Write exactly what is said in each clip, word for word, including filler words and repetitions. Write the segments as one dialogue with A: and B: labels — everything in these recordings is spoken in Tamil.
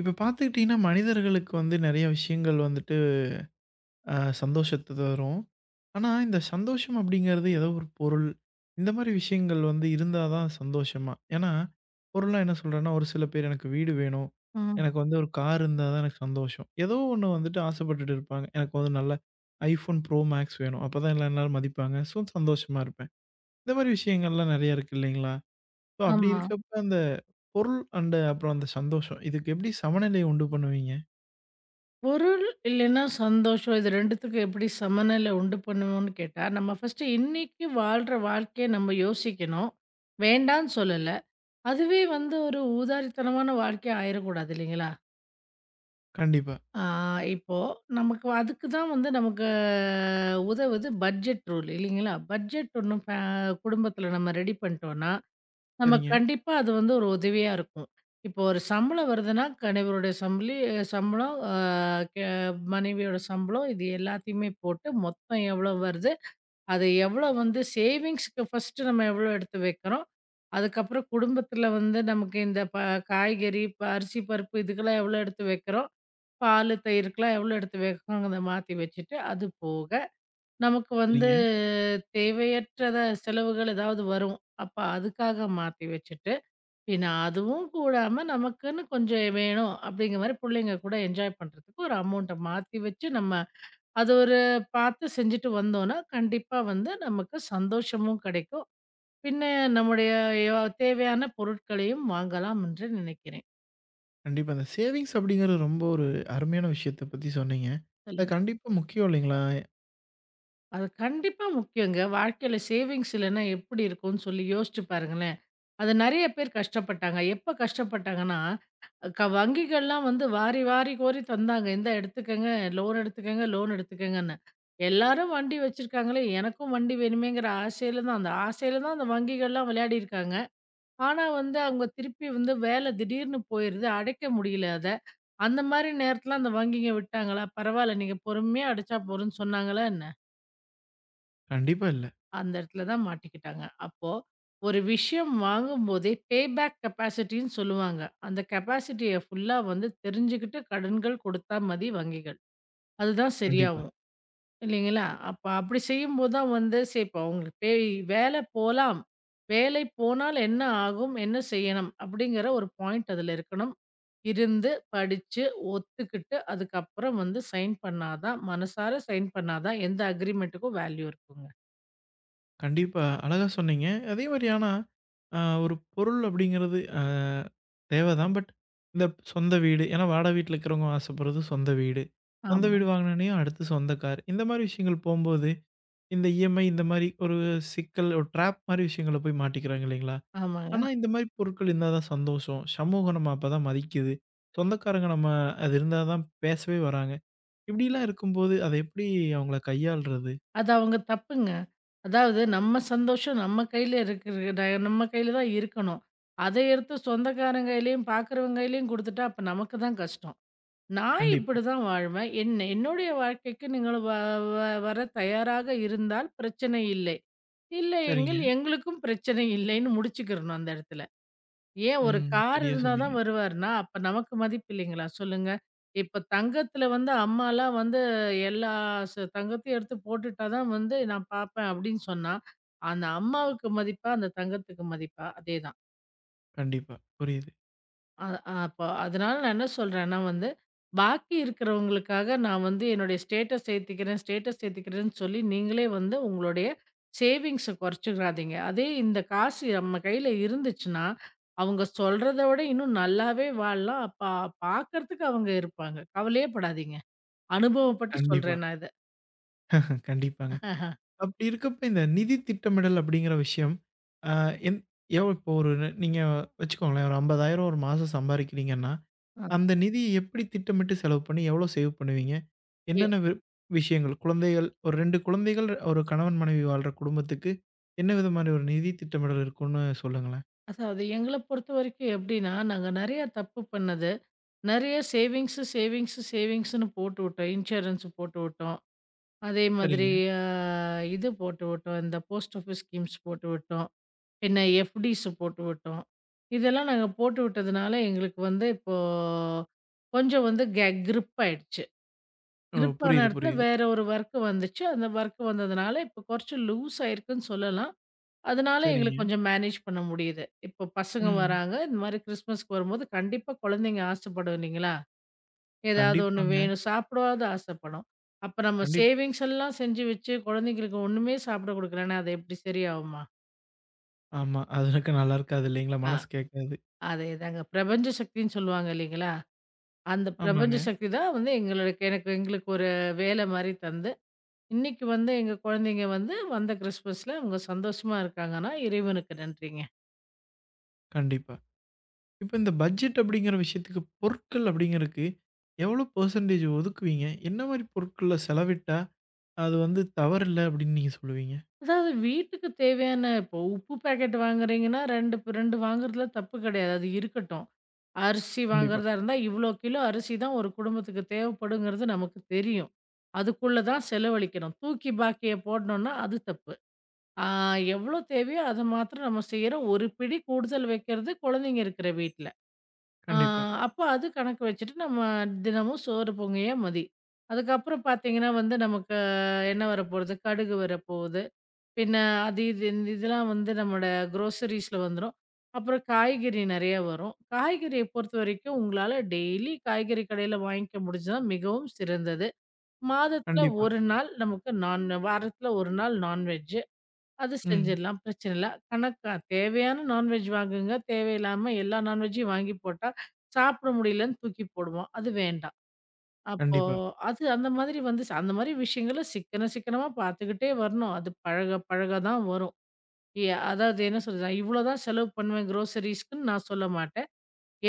A: இப்ப பார்த்துக்கிட்டீங்கன்னா, மனிதர்களுக்கு வந்து நெறைய விஷயங்கள் வந்துட்டு அ சந்தோஷத்த தரும். ஆனா, இந்த சந்தோஷம் அப்படிங்கிறது ஏதோ ஒரு பொருள், இந்த மாரி விஷயங்கள் வந்து இருந்தா தான் சந்தோஷமா? ஏன்னா, பொருளா என்ன சொல்றேன்னா, ஒரு சில பேர் எனக்கு வீடு வேணும்,
B: ம்.
A: எனக்கு வந்து ஒரு கார் இருந்தா தான் எனக்கு சந்தோஷம். ஏதோ ஒண்ணு வந்துட்டு ஆசைப்பட்டுட்டு இருப்பாங்க. எனக்கு வந்து நல்ல iPhone Pro Max வேணும். அப்பதான் எல்லாம் எல்லாரும் மதிப்பாங்க. ஸோ, சந்தோஷமா இருப்பேன். இந்த மாரி விஷயங்கள்லாம் நெறைய இருக்கு இல்லைங்களா? ஸோ, அப்படி
B: ஆமா.
A: இருக்கப்ப அந்த பொருள் அண்ட் அப்புறம் அந்த சந்தோஷம், இதுக்கு எப்படி சமநிலையை உண்டு பண்ணுவீங்க?
B: பொருள் இல்லைன்னா சந்தோஷம். இது 2த்துக்கும் எப்படி சமநிலை உண்டு பண்ணுவோம்னு கேட்டா, நம்ம ஃபர்ஸ்ட்டு இன்னைக்கு வாழ்ற வாழ்க்கைய நம்ம யோசிக்கணும். வேண்டான்னு சொல்லல. அதுவே வந்து ஒரு ஊதாரித்தனமான வாழ்க்கையா ஆயிறக்கூடாது இல்லைங்களா?
A: கண்டிப்பா.
B: ஆ இப்போ நமக்கு அதுக்கு தான் வந்து நமக்கு உதவுது பட்ஜெட் ரூல் இல்லைங்களா? பட்ஜெட் ஒண்ணு ஃபே குடும்பத்தில நம்ம ரெடி பண்ணிட்டோம்னா, நம்ம
A: சரிங்க,
B: கண்டிப்பா அது வந்து ஒரு உதவியா இருக்கும். இப்போ ஒரு சம்பளம் வருதுன்னா, கணவருடைய சம்பளி சம்பளம், அ கெ மனைவியோட சம்பளம், இது எல்லாத்தையுமே போட்டு மொத்தம் எவ்வளோ வருது? அது எவ்வளோ வந்து சேவிங்ஸ்க்கு ஃபர்ஸ்ட்டு நம்ம எவ்வளோ எடுத்து வைக்கிறோம்? அதுக்கப்புறம் குடும்பத்தில வந்து நமக்கு இந்த ப காய்கறி, ப அரிசி, பருப்பு இதுக்கெல்லாம் எவ்வளோ எடுத்து வைக்கிறோம்? பாலு, தயிருக்கெல்லாம் எவ்வளோ எடுத்து வைக்கிறோங்கிறத மாத்தி வச்சுட்டு, அது போக நமக்கு வந்து
A: சரிங்க.
B: தேவையற்றத செலவுகள் ஏதாவது வரும். அப்ப அதுக்காக மாத்தி வச்சுட்டு, பின்ன அதுவும் கூடாம நமக்குன்னு கொஞ்சம் வேணும் அப்படிங்கிற மாரி புள்ளைங்க கூட என்ஜாய் பண்றதுக்கு ஒரு அமௌண்ட்ட மாத்தி வச்சு நம்ம அது ஒரு பார்த்து செஞ்சுட்டு வந்தோம்னா, கண்டிப்பா வந்து நமக்கு சந்தோஷமும் கிடைக்கும். பின்ன நம்முடைய ய தேவையான பொருட்களையும் வாங்கலாம் என்று நினைக்கிறேன்.
A: கண்டிப்பா. அந்த சேவிங்ஸ் அப்படிங்கிறது ரொம்ப ஒரு அருமையான விஷயத்த பத்தி சொன்னீங்க. அது
B: சொல்லுங்க.
A: கண்டிப்பா முக்கியம் இல்லைங்களா?
B: அது கண்டிப்பா முக்கியங்க. வாழ்க்கையில சேவிங்ஸ் இல்லன்னா எப்படி இருக்கும்னு சொல்லி யோசிச்சு பாருங்களேன். அது நெறைய பேர் கஷ்டப்பட்டாங்க. எப்ப கஷ்டப்பட்டாங்கன்னா, க வங்கிகள்லாம் வந்து வாரி வாரி கோரி தந்தாங்க. "இந்தா எடுத்துக்கங்க, லோன் எடுத்துக்கங்க, லோன் எடுத்துக்கங்கன்னு." எல்லாரும் வண்டி வச்சிருக்காங்களே, எனக்கும் வண்டி வேணுமேங்கிற ஆசையில தான் அந்த ஆசையில தான் அந்த வங்கிகள்லாம் விளையாடியிருக்காங்க. ஆனா வந்து அவங்க திருப்பி வந்து வேலை திடீர்னு போயிருது, அடைக்க முடியல அத. அந்த மாரி நேரத்தில அந்த வங்கிங்க விட்டாங்களா? பரவால்ல நீங்க பொறுமையா அடைச்சா போதும்ன்னு சொன்னாங்களா என்ன?
A: கண்டிப்பா இல்ல.
B: அந்த இடத்துல தான் மாட்டிக்கிட்டாங்க. அப்போ ஒரு விஷயம் வாங்கும்போதே பேபேக் கெப்பாசிட்டின்னு சொல்லுவாங்க. அந்த கெப்பாசிட்டிய ஃபுல்லா வந்து தெரிஞ்சுகிட்டு கடன்கள் கொடுத்தா மதி வங்கிகள். அதுதான்
A: கண்டிப்பா.
B: சரியாவும். இல்லைங்களா? அப்ப அப்படி செய்யும்போது தான் வந்து சரி இப்ப அவங்களுக்கு பே வேலை போலாம். வேலை போனால் என்ன ஆகும்? என்ன செய்யணும்? அப்படிங்கிற ஒரு பாயிண்ட் அதுல இருக்கணும். இருந்து, படிச்சு, ஒத்துக்கிட்டு அதுக்கப்புறம் வந்து சைன் பண்ணா தான் மனசார சைன் பண்ணா தான் எந்த அக்ரீமென்ட்டுக்கும் வேல்யூ இருக்குங்க.
A: கண்டிப்பா. அழகா சொன்னீங்க. அதே மாரி ஆனா, அ ஒரு பொருள் அப்படிங்கிறது அ தேவைதான். பட் இந்த சொந்த வீடு ஏன்னா வாடகை வீட்ல இருக்கிறவங்க ஆசைப்படுறது சொந்த வீடு. சொந்த
B: ஆமா.
A: வீடு வாங்கினோனயும் அடுத்து சொந்த கார். இந்த மாரி விஷயங்கள் போம்போது, இந்த இஎம்ஐ இந்த மாரி ஒரு சிக்கல், ஒரு ட்ராப் மாரி விஷயங்கள்ல போய் மாட்டிக்கிறாங்க இல்லைங்களா? ஆனா,
B: ஆமாங்க.
A: இந்த மாரி பொருட்கள் இருந்தா தான் சந்தோஷம். சமூகம் நம்ம அப்பதான் மதிக்குது. சொந்தக்காரங்க நம்ம அது இருந்தா தான் பேசவே வராங்க. இப்படிலாம் இருக்கும்போது, அத எப்படி அவங்கள கையாள்றது?
B: அது அவங்க தப்புங்க. அதாவது நம்ம சந்தோஷம் நம்ம கையில இருக்குது. ட நம்ம கையில தான் இருக்கணும். அதை எடுத்து சொந்தக்காரன் கையிலயும், பார்க்குறவங்க கையிலயும் குடுத்துட்டா, அப்ப நமக்கு தான் கஷ்டம். நான்
A: கண்டிப்பா.
B: இப்படிதான் வாழ்வேன். என்ன என்னுடைய வாழ்க்கைக்கு நீங்கள் வ வ வர தயாராக இருந்தால் பிரச்சனை இல்லை.
A: சரிங்க.
B: இல்லையெனில் எங்களுக்கும் பிரச்சனை இல்லைன்னு முடிச்சுக்கிறணும் அந்த இடத்துல. ஏன் ஒரு
A: ம்.
B: கார்
A: சரியா
B: இருந்தா
A: சொன்னீங்க.
B: தான் வருவாருன்னா, அப்ப நமக்கு மதிப்பு இல்லைங்களா சொல்லுங்க? இப்ப தங்கத்துல வந்து அம்மாலாம் வந்து எல்லா ச தங்கத்தையும் எடுத்து போட்டுட்டா தான் வந்து நான் பாப்பேன் அப்படின்னு சொன்னா, அந்த அம்மாவுக்கு மதிப்பா? அந்த தங்கத்துக்கு மதிப்பா? அதேதான்.
A: கண்டிப்பா. புரியுது.
B: அ அப்ப அதனால நான் என்ன சொல்றேன்னா வந்து, பாக்கி இருக்கிறவங்களுக்காக நான் வந்து என்னுடைய ஸ்டேட்டஸ் ஏத்திக்கிறேன், ஸ்டேட்டஸ் ஏத்திக்கிறேன்னு சொல்லி நீங்களே வந்து உங்களுடைய சேவிங்ஸ குறைச்சுக்கிறாதீங்க. அதே இந்த காசு நம்ம கையில இருந்துச்சுன்னா, அவங்க சொல்றத விட இன்னும் நல்லாவே வாழலாம். அப்ப பாக்கறதுக்கு அவங்க இருப்பாங்க. கவலையே படாதீங்க. அனுபவப்பட்டு
A: கண்டிப்பா.
B: சொல்றேன் நான் இத.
A: கண்டிப்பாங்க. அப்படி இருக்கப்ப இந்த நிதி திட்டமிடல் அப்படிங்கிற விஷயம், அ என் எவ் இப்போ ஒரு ந- நீங்க வச்சுக்கோங்களேன், ஒரு ரூ. ஐம்பதாயிரம் ஒரு மாசம் சம்பாரிக்கிறீங்கன்னா,
B: ஆ.
A: அந்த நிதிய எப்படி திட்டமிட்டு செலவு பண்ணி எவ்வளோ சேவ் பண்ணுவீங்க?
B: எ
A: என்னென்ன வி விஷயங்கள்? குழந்தைகள் ஒரு இரண்டு குழந்தைகள், ஒரு கணவன் மனைவி வாழ்ற குடும்பத்துக்கு, என்ன விதமான ஒரு நிதி திட்டமிடல் இருக்கும்னு சொல்லுங்களேன்?
B: அதாவது எங்கள பொறுத்த வரைக்கும் எப்படின்னா, நாங்க நெறைய தப்பு பண்ணது. நெறைய சேவிங்ஸு, சேவிங்ஸு, சேவிங்ஸுன்னு போட்டுவிட்டோம். இன்சூரன்ஸ் போட்டுவிட்டோம். அதே மாதிரி
A: சரிங்க.
B: அ இது போட்டு விட்டோம். இந்த போஸ்ட் ஆஃபிஸ் ஸ்கீம்ஸ் போட்டு விட்டோம். பின்ன எஃப்டிஸ் போட்டு விட்டோம். இதெல்லாம் நாங்க போட்டு விட்டதுனால, எங்களுக்கு வந்து இப்போ கொஞ்சம் வந்து கெ கிரிப் ஆயிடுச்சு.
A: ஓ,
B: கிரிப் ஆன
A: புரியுது,
B: இடத்துல
A: புரியுது.
B: வேற ஒரு வொர்க் வந்துச்சு. அந்த வொர்க் வந்ததுனால, இப்போ கொறச்சு லூஸ் ஆயிருக்குன்னு சொல்லலாம். அதனால
A: சரிங்க.
B: எங்களுக்கு கொஞ்சம் மேனேஜ் பண்ண முடியுது. இப்போ பசங்க
A: ம்.
B: வராங்க. இந்த மாரி கிறிஸ்மஸ்க்கு வரும்போது கண்டிப்பா குழந்தைங்க ஆசைப்படும் இல்லைங்களா? ஏதாவது ஒண்ணு
A: கண்டிப்பாங்க.
B: வேணும். சாப்பிடவாவது ஆசைப்படும். அப்ப நம்ம
A: கண்டிப்பா.
B: சேவிங்ஸ் எல்லாம் செஞ்சு வச்சு குழந்தைங்களுக்கு ஒண்ணுமே சாப்பிட குடுக்கலன்னா, அது எப்படி சரியாகுமா?
A: ஆமா. அதுக்கு நல்லா இருக்காது இல்லைங்களா?
B: அ
A: மனசு கேட்காது.
B: அதேதாங்க. பிரபஞ்ச சக்தின்னு சொல்லுவாங்க இல்லைங்களா? அந்த பிரபஞ்ச
A: ஆமாங்க.
B: சக்தி தான் வந்து எங்களுக்கு எனக்கு எங்களுக்கு ஒரு வேலை மாரி தந்து, இன்னைக்கு வந்து எங்க குழந்தைங்க வந்து வந்த கிறிஸ்மஸ்ல அவங்க சந்தோஷமா இருக்காங்கன்னா, இறைவனுக்கு நன்றிங்க.
A: கண்டிப்பா. இப்ப இந்த பட்ஜெட் அப்படிங்கிற விஷயத்துக்கு, பொருட்கள் அப்படிங்கிறதுக்கு எவ்வளோ பெர்சென்டேஜ் ஒதுக்குவீங்க? என்ன மாரி பொருட்கள்ல செலவிட்டா, அது வந்து தவறில்ல அப்படின்னு நீங்க சொல்லுவீங்க?
B: அதாவது வீட்டுக்கு தேவையான இப்போ உப்பு பாக்கெட் வாங்குறீங்கன்னா இரண்டு ப இரண்டு வாங்குறதுல தப்பு கிடையாது. அது இருக்கட்டும். அரிசி
A: கண்டிப்பா,
B: வாங்குறதா இருந்தா, இவ்ளோ கிலோ அரிசி தான் ஒரு குடும்பத்துக்கு தேவைப்படுங்கிறது நமக்கு தெரியும். அதுக்குள்ள தான் செலவழிக்கணும். தூக்கி பாக்கிய போடணும்னா அது தப்பு. ஆ எவ்ளோ தேவையோ அத மாத்திரம் நம்ம செய்றோம். ஒரு பிடி கூடுதல் வைக்கிறது குழந்தைங்க இருக்கிற வீட்ல. ஆ
A: கண்டிப்பா,
B: அப்ப அது கணக்கு வச்சுட்டு நம்ம தினமும் சோறு பொங்கிய மதி. அதுக்கப்புறம் பார்த்தீங்கன்னா வந்து நமக்கு என்ன வரப்போறது? கடுகு வரப்போகுது. பின்ன அது இது இந்த இதெல்லாம் வந்து நம்மோட குரோசரிஸ்ல வந்துரும். அப்புறம் காய்கறி நெறைய வரும். காய்கறிய பொறுத்தவரைக்கும் உங்களால டெய்லி காய்கறி கடையில வாங்கிக்க முடிஞ்சா மிகவும் சிறந்தது. மாதத்துல
A: கண்டிப்பா.
B: 1 நாள் நமக்கு நான் வாரத்துல ஒரு நாள் நான்வெஜ் அது
A: ம்.
B: செஞ்சிடலாம். பிரச்சனை இல்ல. கணக்கா தேவையான நான்வெஜ் வாங்குங்க. தேவையில்லாம எல்லா நான்வெஜ்ஜையும் வாங்கி போட்டா சாப்பிட முடியலன்னு தூக்கி போடுவோம். அது வேண்டாம். அப்போ
A: கண்டிப்பா.
B: அது அந்த மாதிரி வந்து ச- அந்த மாதிரி விஷயங்கள சிக்கன சிக்கனமா பார்த்துக்கிட்டே வரணும். அது பழக பழக தான் வரும். எ அதாவது என்ன சொல்றது, நான் இவ்வளோதான் செலவு பண்ணுவேன் குரோசரீஸ்க்குன்னு நான் சொல்ல மாட்டேன்.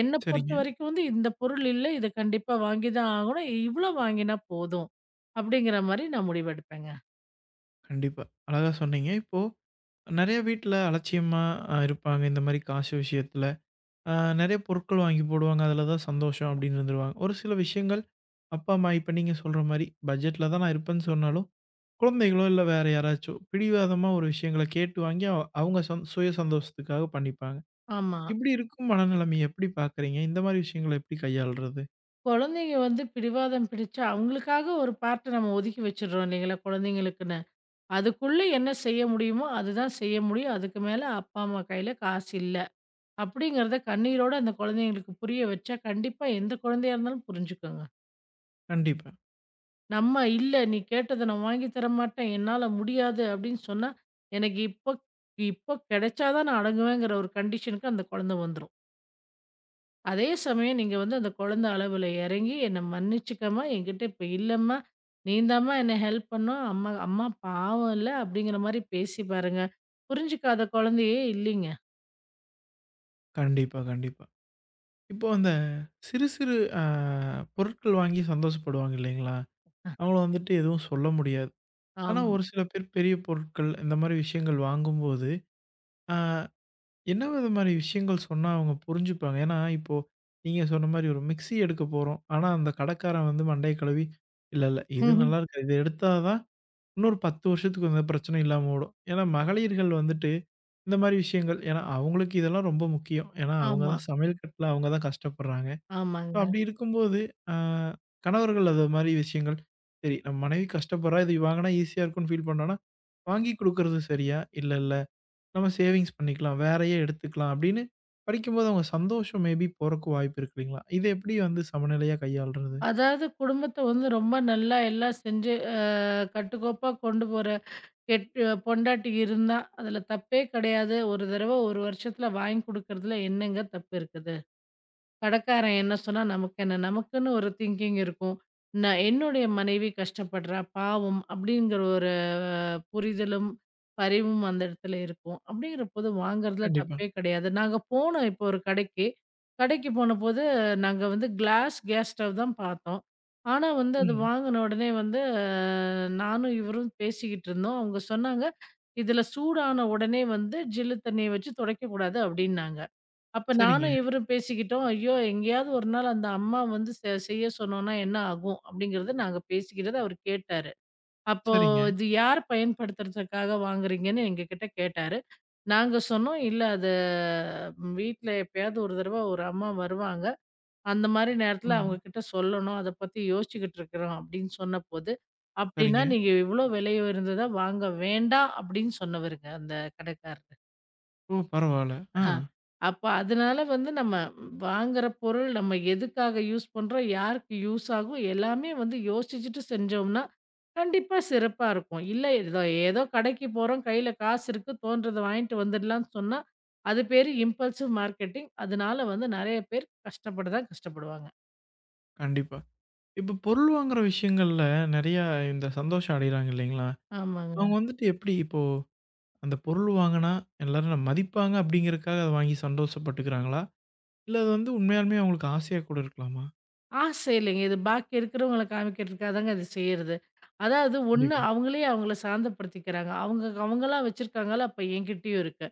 B: என்ன பொறுத்த
A: சரிங்க.
B: வரைக்கும் வந்து இந்த பொருள் இல்ல, இத கண்டிப்பா வாங்கி தான் ஆகணும். இவ்ளோ வாங்கினா போதும். அப்படிங்கிற மாரி நான் முடிவெடுப்பேங்க.
A: கண்டிப்பா. அழகா சொன்னீங்க. இப்போ நெறைய வீட்ல அலட்சியமா அ இருப்பாங்க. இந்த மாரி காசு விஷயத்துல. அ நெறைய பொருட்கள் வாங்கி போடுவாங்க. அதுல தான் சந்தோஷம் அப்படின்னு இருந்துருவாங்க. ஒரு சில விஷயங்கள் அப்பா, அம்மா இப்ப நீங்க சொல்ற மாரி பட்ஜெட்ல தான் நான் இருப்பேன்னு சொன்னாலும், குழந்தைகளோ இல்ல வேற யாராச்சோ பிடிவாதமா ஒரு விஷயங்கள கேட்டு வாங்கி அவ அவங்க சந் சுய சந்தோஷத்துக்காக பண்ணிப்பாங்க.
B: ஆமா.
A: இப்படி இருக்கும் மனநிலைமைய எப்படி பார்க்குறீங்க? இந்த மாரி விஷயங்கள எப்படி கையாள்றது?
B: குழந்தைங்க வந்து பிடிவாதம் பிடிச்சா, அவங்களுக்காக ஒரு பார்ட்ட நம்ம ஒதுக்கி வச்சுடுறோம் இல்லைங்களா, குழந்தைங்களுக்குன்னு. அதுக்குள்ள என்ன செய்ய முடியுமோ, அதுதான் செய்ய முடியும். அதுக்கு மேல அப்பா, அம்மா கையில காசு இல்ல. அப்படிங்கிறத கண்ணீரோட அந்த குழந்தைங்களுக்கு புரிய வச்சா, கண்டிப்பா எந்த குழந்தையா இருந்தாலும் புரிஞ்சுக்குங்க.
A: கண்டிப்பா.
B: நம்ம இல்ல நீ கேட்டத நான் வாங்கி தரமாட்டேன். என்னால முடியாது அப்படின்னு சொன்னா, எனக்கு இப்போ இப்போ கிடைச்சா தான் நான் அடங்குவேங்கிற ஒரு கண்டிஷனுக்கு அந்த குழந்தை வந்துரும். அதே சமயம் நீங்க வந்து அந்த குழந்தை அளவுல இறங்கி, "என்ன மன்னிச்சுக்கம்மா, என்கிட்ட இப்ப இல்லம்மா. நீ தாம்மா என்ன ஹெல்ப் பண்ணும். அம்மா அம்மா பாவம் இல்ல." அப்படிங்கிற மாரி பேசி பாருங்க. புரிஞ்சுக்காத குழந்தையே இல்லைங்க.
A: கண்டிப்பா, கண்டிப்பா. இப்போ அந்த சிறு சிறு அ பொருட்கள் வாங்கி சந்தோஷப்படுவாங்க இல்லைங்களா? அவங்கள வந்துட்டு எதுவும் சொல்ல முடியாது. ஆனா,
B: ஆமா.
A: ஒரு சில பேர் பெரிய பொருட்கள், இந்த மாரி விஷயங்கள் வாங்கும்போது, ஆ என்ன வித மாரி விஷயங்கள் சொன்னா அவங்க புரிஞ்சுப்பாங்க? ஏன்னா, இப்போ நீங்க சொன்ன மாரி ஒரு மிக்ஸி எடுக்க போறோம். ஆனா, அந்த கடைக்காரன் வந்து மண்டைய கழுவி, "இல்ல, இல்ல இது நல்லாருக்கு. இத எடுத்தா தான் இன்னொரு பத்து வருஷத்துக்கு எந்த பிரச்சனையும் இல்லாம ஓடும்." ஏன்னா, மகளிர்கள் வந்துட்டு இந்த மாரி விஷயங்கள் ஏன்னா, அவங்களுக்கு இதெல்லாம் ரொம்ப முக்கியம். ஏன்னா, அவங்க
B: ஆமா.
A: தான் சமையல் கட்டுல அவங்க தான் கஷ்டப்படுறாங்க.
B: ஆமாங்க.
A: அப்படி இருக்கும்போது, அ கணவர்கள் அது மாரி விஷயங்கள், சரி நம்ம மனைவி கஷ்டப்படுறா, இது வாங்குனா ஈஸியா இருக்கும்னு ஃபீல் பண்றான்னா, வாங்கி குடுக்குறது சரியா? இல்ல, இல்ல. நம்ம சேவிங்ஸ் பண்ணிக்கலாம். வேறயே எடுத்துக்கலாம் அப்படின்னு படிக்கும்போது அவங்க சந்தோஷம் மேபி போறக்கு வாய்ப்பு இருக்கு இல்லைங்களா? இத எப்படி வந்து சமநிலையா கையாள்றது?
B: அதாவது குடும்பத்த வந்து ரொம்ப நல்லா எல்லாம் செஞ்சு அ கட்டுக்கோப்பா கொண்டு போற கெட்டு பொண்டாட்டி இருந்தா, அதுல தப்பே கிடையாது. ஒரு தடவ ஒரு வருஷத்துல வாங்கி குடுக்கறதுல என்னங்க தப்பு இருக்குது? கடைக்காரன் என்ன சொன்னா நமக்கு என்ன? நமக்குன்னு ஒரு திங்கிங் இருக்கும். நான் என்னுடைய மனைவி கஷ்டப்படுறா, பாவம் அப்படிங்கிற ஒரு அஹ், புரிதலும், பரிவும் அந்த இடத்துல இருக்கும். அப்படிங்கிறபோது வாங்குறதுல
A: கண்டிப்பா.
B: தப்பே கிடையாது. நாங்க போனோம் இப்போ ஒரு கடைக்கு. கடைக்கு போனபோது நாங்க வந்து கிளாஸ் கேஸ் ஸ்டவ் தான் பார்த்தோம். ஆனா வந்து அது
A: ம்.
B: வாங்குன உடனே வந்து அஹ், நானும் இவரும் பேசிக்கிட்டு இருந்தோம். அவங்க சொன்னாங்க, "இதுல சூடான உடனே வந்து ஜில்லு தண்ணிய வச்சு துடைக்கக்கூடாது" அப்படின்னாங்க. அப்ப
A: சரிங்க,
B: நானும் இவரும் பேசிக்கிட்டோம். ஐயோ! எங்கேயாவது ஒரு நாள் அந்த அம்மா வந்து செ செய்ய சொன்னோம்னா என்ன ஆகும்? அப்படிங்கிறத நாங்க பேசிக்கிட்டது அவரு கேட்டாரு. அப்போ
A: சரிங்க.
B: இது யார் பயன்படுத்துறதுக்காக வாங்குறீங்கன்னு எங்ககிட்ட கேட்டாரு. நாங்க சொன்னோம், "இல்ல அது ம், வீட்ல எப்பயாவது ஒரு தடவ ஒரு அம்மா வருவாங்க. அந்த மாரி நேரத்துல அவங்க
A: ம்.
B: கிட்ட சொல்லணும். அத பத்தி யோசிச்சுக்கிட்டு இருக்கிறோம்." அப்படின்னு சொன்னபோது,
A: சரிங்க.
B: "அப்படின்னா நீங்க இவ்ளோ விலை உயர்ந்ததா வாங்க வேண்டாம்." அப்படின்னு சொன்னவருங்க அந்த கடைக்காரர்.
A: ஓ, பரவால்ல. ஆ.
B: ஆ. அப்ப அதனால வந்து நம்ம வாங்குற பொருள் நம்ம எதுக்காக யூஸ் பண்றோம்? யாருக்கு யூஸ் ஆகும்? எல்லாமே வந்து யோசிச்சுட்டு செஞ்சோம்னா, கண்டிப்பா சிறப்பா இருக்கும். இல்ல ஏதோ ஏதோ கடைக்கு போறோம், கையில காசு இருக்கு, தோன்றத வாங்கிட்டு வந்துடலாம்ன்னு சொன்னா, அது பேரு இம்பல்சிவ் மார்க்கெட்டிங். அதனால வந்து நெறைய பேர் கஷ்டப்பட தான் கஷ்டப்படுவாங்க.
A: கண்டிப்பா. இப்ப பொருள் வாங்குற விஷயங்கள்ல நெறையா இந்த சந்தோஷம் அடையறாங்க இல்லைங்களா?
B: ஆமாங்க.
A: அவங்க வந்துட்டு எப்படி அந்த பொருள் வாங்குனா, எல்லாரும் என்ன மதிப்பாங்க அப்படிங்கிறதுக்காக அத வாங்கி சந்தோஷப்பட்டுக்கிறாங்களா? இல்ல அது வந்து உண்மையாலுமே அவங்களுக்கு ஆசையா கூட இருக்கலாமா?
B: ஆசை இல்லைங்க. இது பாக்கி இருக்கிறவங்கள காமிக்கிறதுக்காக தாங்க இது செய்றது. அதாவது ஒண்ணு
A: கண்டிப்பா,
B: அவங்களே அவங்கள சாந்தப்படுத்திக்கிறாங்க. அவங்க அவங்களா வச்சிருக்காங்களா? அப்ப என்கிட்டயும் இருக்கு.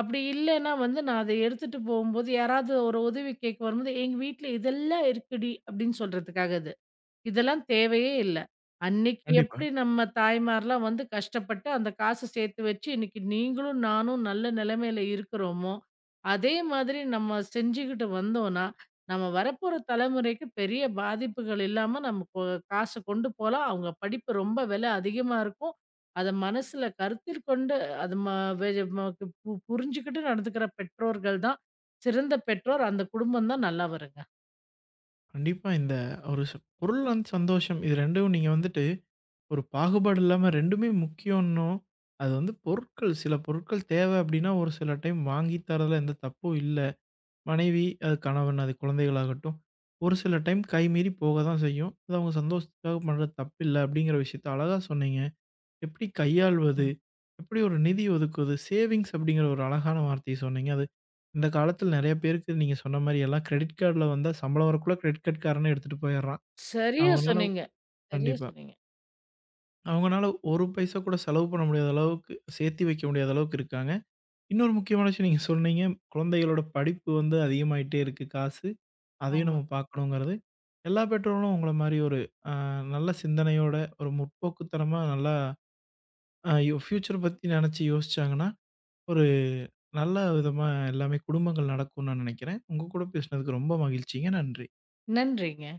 B: அப்படி இல்லன்னா வந்து நான் அத எடுத்துட்டு போம்போது, யாராவது ஒரு உதவி கேட்க வரும்போது, "எங்க வீட்ல இதெல்லாம் இருக்குடி" அப்படின்னு சொல்றதுக்காக அது. இதெல்லாம் தேவையே இல்ல. அன்னைக்கு
A: கண்டிப்பா.
B: எப்படி நம்ம தாய்மார்லாம் வந்து கஷ்டப்பட்டு அந்த காச சேர்த்து வச்சு, இன்னைக்கு நீங்களும் நானும் நல்ல நிலைமையில இருக்கிறோமோ, அதே மாதிரி நம்ம செஞ்சுகிட்டு வந்தோம்னா, நம்ம வரப்போற தலைமுறைக்கு பெரிய பாதிப்புகள் இல்லாம நம்ம கொ காச கொண்டு போலாம். அவங்க படிப்பு ரொம்ப விலை அதிகமா இருக்கும். அத மனசுல கருத்திற்கொண்டு அது ம வெ ம பு புரிஞ்சுகிட்டு நடந்துக்கிற பெற்றோர்கள் தான் சிறந்த பெற்றோர். அந்த குடும்பம் தான் நல்லா வருங்க.
A: கண்டிப்பா இந்த ஒரு ச பொருள் அண்ட் சந்தோஷம் இது 2ம் நீங்க வந்துட்டு ஒரு பாகுபாடு இல்லாம 2மே முக்கியம்ன்னும், அது வந்து பொருட்கள் சில பொருட்கள் தேவை அப்படின்னா, ஒரு சில டைம் வாங்கி தரதுல எந்த தப்பும் இல்ல. மனைவி, அது கணவன், அது குழந்தைகளாகட்டும், ஒரு சில டைம் கைமீறி போக தான் செய்யும். அது அவங்க சந்தோஷத்துக்காக பண்றது தப்பில்ல அப்படிங்கிற விஷயத்த அழகா சொன்னீங்க. எப்படி கையாள்வது?
B: ம்.
A: எப்படி ஒரு நிதி ஒதுக்குவது? சேவிங்ஸ் அப்படிங்கிற ஒரு அழகான வார்த்தைய சொன்னீங்க. அது இந்த காலத்துல நெறைய பேருக்கு நீங்க சொன்ன மாரி எல்லாம் கிரெடிட் கார்டுல வந்தா சம்பளம் வரக்குள்ள கிரெடிட் கார்ட் காரனே எடுத்துட்டு போயிடுறான்.
B: சரியா
A: அவங்கனால
B: சொன்னீங்க. சரியா
A: கண்டிப்பா.
B: சொன்னீங்க.
A: அவங்கனால ஒரு பைசா கூட செலவு பண்ண முடியாத அளவுக்கு, சேர்த்தி வைக்க முடியாத அளவுக்கு இருக்காங்க. இன்னொரு முக்கியமான விஷயம் நீங்க சொன்னீங்க, குழந்தைகளோட படிப்பு வந்து அதிகமாயிட்டே இருக்கு காசு. அதையும்
B: ஆமா.
A: நம்ம பார்க்கணுங்கிறது. எல்லா பெற்றோர்களும் உங்கள மாரி ஒரு அ நல்ல சிந்தனையோட, ஒரு முற்போக்குத்தனமா நல்லா அ ஃபியூச்சர் பத்தி நெனச்சு யோசிச்சாங்கன்னா ஒரு நல்ல விதமா எல்லாமே குடும்பங்கள் நடக்கும்னு நான் நினைக்கிறேன். உங்க கூட பேசினதுக்கு ரொம்ப மகிழ்ச்சிங்க. நன்றி.
B: நன்றிங்க.